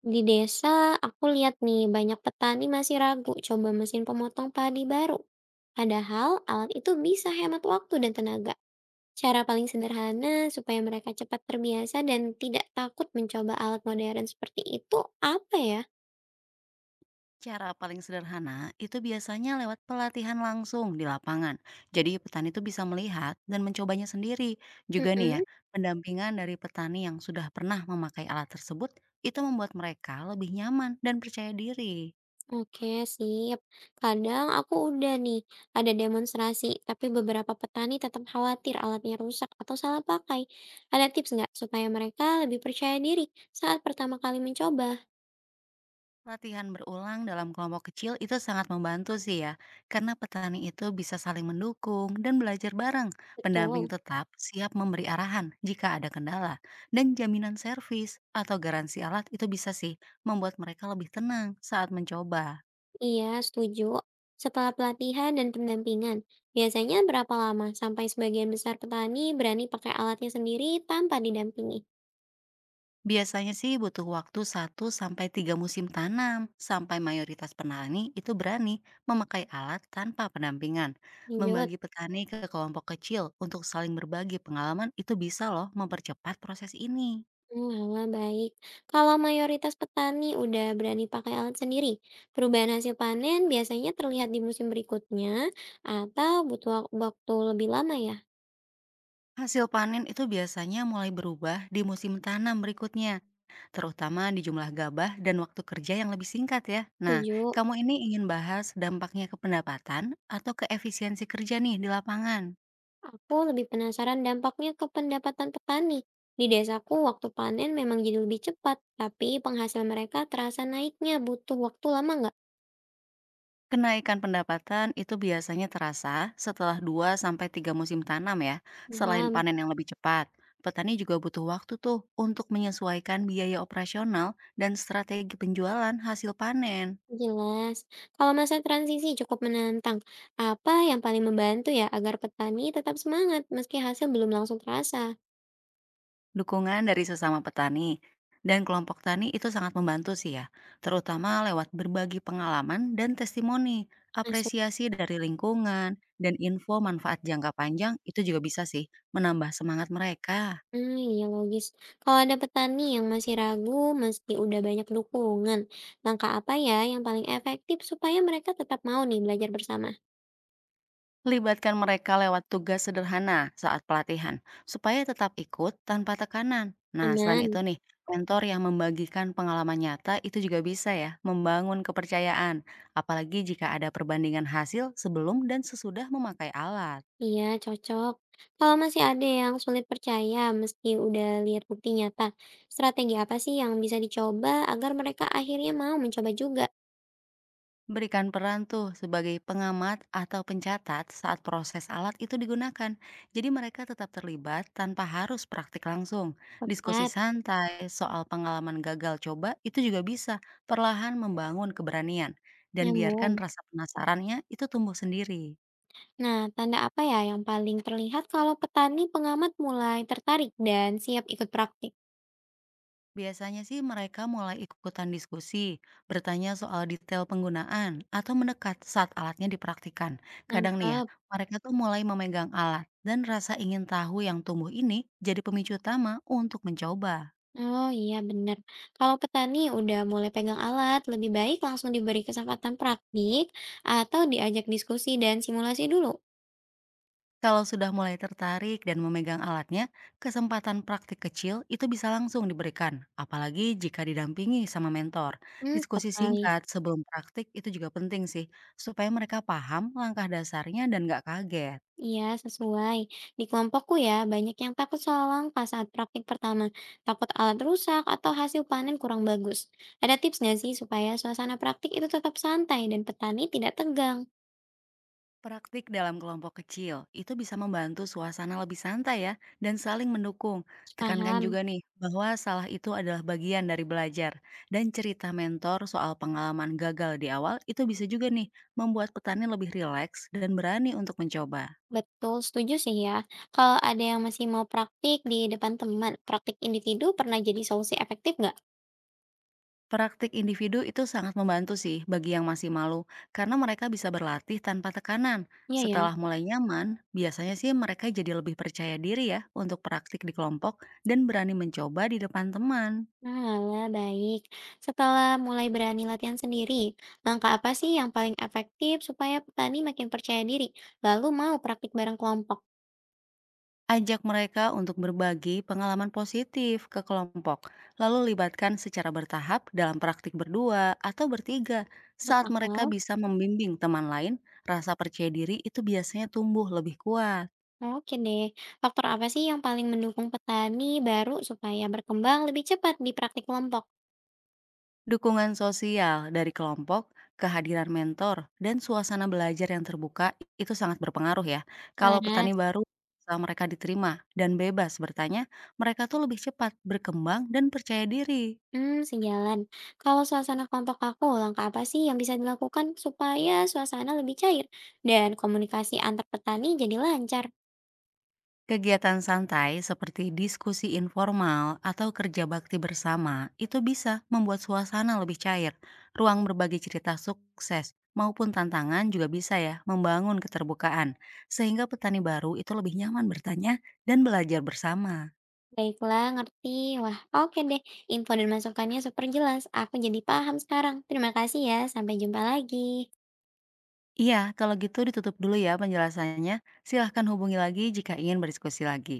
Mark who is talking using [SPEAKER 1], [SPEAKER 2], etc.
[SPEAKER 1] Di desa, aku lihat nih banyak petani masih ragu coba mesin pemotong padi baru. Padahal alat itu bisa hemat waktu dan tenaga. Cara paling sederhana supaya mereka cepat terbiasa dan tidak takut mencoba alat modern seperti itu apa ya?
[SPEAKER 2] Cara paling sederhana itu biasanya lewat pelatihan langsung di lapangan. Jadi petani itu bisa melihat dan mencobanya sendiri. Juga nih ya,
[SPEAKER 1] Mm-mm.
[SPEAKER 2] pendampingan dari petani yang sudah pernah memakai alat tersebut itu membuat mereka lebih nyaman dan percaya diri.
[SPEAKER 1] Oke, sip. Kadang aku udah nih ada demonstrasi, tapi beberapa petani tetap khawatir alatnya rusak atau salah pakai. Ada tips nggak supaya mereka lebih percaya diri saat pertama kali mencoba?
[SPEAKER 2] Latihan berulang dalam kelompok kecil itu sangat membantu sih ya, karena petani itu bisa saling mendukung dan belajar bareng. Pendamping
[SPEAKER 1] Betul.
[SPEAKER 2] tetap siap memberi arahan jika ada kendala, dan jaminan servis atau garansi alat itu bisa sih membuat mereka lebih tenang saat mencoba.
[SPEAKER 1] Iya, setuju. Setelah pelatihan dan pendampingan, biasanya berapa lama sampai sebagian besar petani berani pakai alatnya sendiri tanpa didampingi?
[SPEAKER 2] Biasanya sih butuh waktu satu sampai 3 musim tanam sampai mayoritas petani itu berani memakai alat tanpa pendampingan.
[SPEAKER 1] Lanjut.
[SPEAKER 2] Membagi petani ke kelompok kecil untuk saling berbagi pengalaman itu bisa loh mempercepat proses ini.
[SPEAKER 1] Hmm, alah, baik. Kalau mayoritas petani udah berani pakai alat sendiri, perubahan hasil panen biasanya terlihat di musim berikutnya atau butuh waktu lebih lama ya?
[SPEAKER 2] Hasil panen itu biasanya mulai berubah di musim tanam berikutnya, terutama di jumlah gabah dan waktu kerja yang lebih singkat ya. Nah,
[SPEAKER 1] Setuju.
[SPEAKER 2] kamu ini ingin bahas dampaknya ke pendapatan atau ke efisiensi kerja nih di lapangan?
[SPEAKER 1] Aku lebih penasaran dampaknya ke pendapatan petani. Di desaku, waktu panen memang jadi lebih cepat, tapi penghasil mereka terasa naiknya butuh waktu lama nggak?
[SPEAKER 2] Kenaikan pendapatan itu biasanya terasa setelah 2 sampai 3 musim tanam ya. Selain
[SPEAKER 1] Paham,
[SPEAKER 2] panen yang lebih cepat, petani juga butuh waktu tuh untuk menyesuaikan biaya operasional dan strategi penjualan hasil panen.
[SPEAKER 1] jelas. Kalau masa transisi cukup menantang, apa yang paling membantu ya agar petani tetap semangat meski hasil belum langsung terasa?
[SPEAKER 2] Dukungan dari sesama petani dan kelompok tani itu sangat membantu sih ya, terutama lewat berbagi pengalaman dan testimoni,
[SPEAKER 1] Masuk.
[SPEAKER 2] apresiasi dari lingkungan, dan info manfaat jangka panjang itu juga bisa sih menambah semangat mereka.
[SPEAKER 1] Hmm, iya logis. Kalau ada petani yang masih ragu meski udah banyak dukungan, langkah apa ya yang paling efektif supaya mereka tetap mau nih belajar bersama?
[SPEAKER 2] Libatkan mereka lewat tugas sederhana saat pelatihan, supaya tetap ikut tanpa tekanan. Nah, selain itu
[SPEAKER 1] Aman.
[SPEAKER 2] nih, mentor yang membagikan pengalaman nyata itu juga bisa ya membangun kepercayaan, apalagi jika ada perbandingan hasil sebelum dan sesudah memakai alat.
[SPEAKER 1] Iya, cocok. Kalau masih ada yang sulit percaya meski udah lihat bukti nyata, strategi apa sih yang bisa dicoba agar mereka akhirnya mau mencoba juga?
[SPEAKER 2] Berikan peran tuh sebagai pengamat atau pencatat saat proses alat itu digunakan. Jadi mereka tetap terlibat tanpa harus praktik langsung. Diskusi
[SPEAKER 1] Tepat,
[SPEAKER 2] santai soal pengalaman gagal coba itu juga bisa perlahan membangun keberanian. Dan biarkan
[SPEAKER 1] nyambung.
[SPEAKER 2] rasa penasarannya itu tumbuh sendiri.
[SPEAKER 1] Nah, tanda apa ya yang paling terlihat kalau petani pengamat mulai tertarik dan siap ikut praktik?
[SPEAKER 2] Biasanya sih mereka mulai ikutan diskusi, bertanya soal detail penggunaan, atau mendekat saat alatnya dipraktikan. Kadang nih ya,
[SPEAKER 1] Nangkep.
[SPEAKER 2] mereka tuh mulai memegang alat, dan rasa ingin tahu yang tumbuh ini jadi pemicu utama untuk mencoba.
[SPEAKER 1] Oh iya benar. Kalau petani udah mulai pegang alat, lebih baik langsung diberi kesempatan praktik atau diajak diskusi dan simulasi dulu.
[SPEAKER 2] Kalau sudah mulai tertarik dan memegang alatnya, kesempatan praktik kecil itu bisa langsung diberikan, apalagi jika didampingi sama mentor.
[SPEAKER 1] Hmm, tepat
[SPEAKER 2] Diskusi
[SPEAKER 1] sekali.
[SPEAKER 2] singkat sebelum praktik itu juga penting sih, supaya mereka paham langkah dasarnya dan nggak kaget.
[SPEAKER 1] Iya, sesuai. Di kelompokku ya, banyak yang takut salah langkah saat praktik pertama. Takut alat rusak atau hasil panen kurang bagus. Ada tips nggak sih supaya suasana praktik itu tetap santai dan petani tidak tegang?
[SPEAKER 2] Praktik dalam kelompok kecil itu bisa membantu suasana lebih santai ya dan saling mendukung. Tekankan
[SPEAKER 1] Paham?
[SPEAKER 2] juga nih bahwa salah itu adalah bagian dari belajar dan cerita mentor soal pengalaman gagal di awal itu bisa juga nih membuat petani lebih rileks dan berani untuk mencoba.
[SPEAKER 1] Betul, setuju sih ya. Kalau ada yang masih mau praktik di depan teman, praktik individu pernah jadi solusi efektif nggak?
[SPEAKER 2] Praktik individu itu sangat membantu sih bagi yang masih malu karena mereka bisa berlatih tanpa tekanan.
[SPEAKER 1] Iya ya.
[SPEAKER 2] Setelah mulai nyaman, biasanya sih mereka jadi lebih percaya diri ya untuk praktik di kelompok dan berani mencoba di depan teman.
[SPEAKER 1] Nah, baik. Setelah mulai berani latihan sendiri, langkah apa sih yang paling efektif supaya petani makin percaya diri, lalu mau praktik bareng kelompok?
[SPEAKER 2] Ajak mereka untuk berbagi pengalaman positif ke kelompok, lalu libatkan secara bertahap dalam praktik berdua atau bertiga.
[SPEAKER 1] Masuk
[SPEAKER 2] Saat mereka
[SPEAKER 1] akal?
[SPEAKER 2] bisa membimbing teman lain, rasa percaya diri itu biasanya tumbuh lebih kuat.
[SPEAKER 1] Oke deh. Faktor apa sih yang paling mendukung petani baru supaya berkembang lebih cepat di praktik kelompok?
[SPEAKER 2] Dukungan sosial dari kelompok, kehadiran mentor, dan suasana belajar yang terbuka itu sangat berpengaruh ya. Kalau
[SPEAKER 1] Laras.
[SPEAKER 2] petani baru, saat mereka diterima dan bebas bertanya, mereka tuh lebih cepat berkembang dan percaya diri.
[SPEAKER 1] Hmm, sejalan. Kalau suasana kelompok aku, langkah apa sih yang bisa dilakukan supaya suasana lebih cair dan komunikasi antar petani jadi lancar?
[SPEAKER 2] Kegiatan santai seperti diskusi informal atau kerja bakti bersama itu bisa membuat suasana lebih cair. Ruang berbagi cerita sukses maupun tantangan juga bisa ya membangun keterbukaan. Sehingga petani baru itu lebih nyaman bertanya dan belajar bersama.
[SPEAKER 1] Baiklah, ngerti. Wah, oke deh. Info dan masukannya super jelas. Aku jadi paham sekarang. Terima kasih ya. Sampai jumpa lagi.
[SPEAKER 2] Iya, kalau gitu ditutup dulu ya penjelasannya. Silahkan hubungi lagi jika ingin berdiskusi lagi.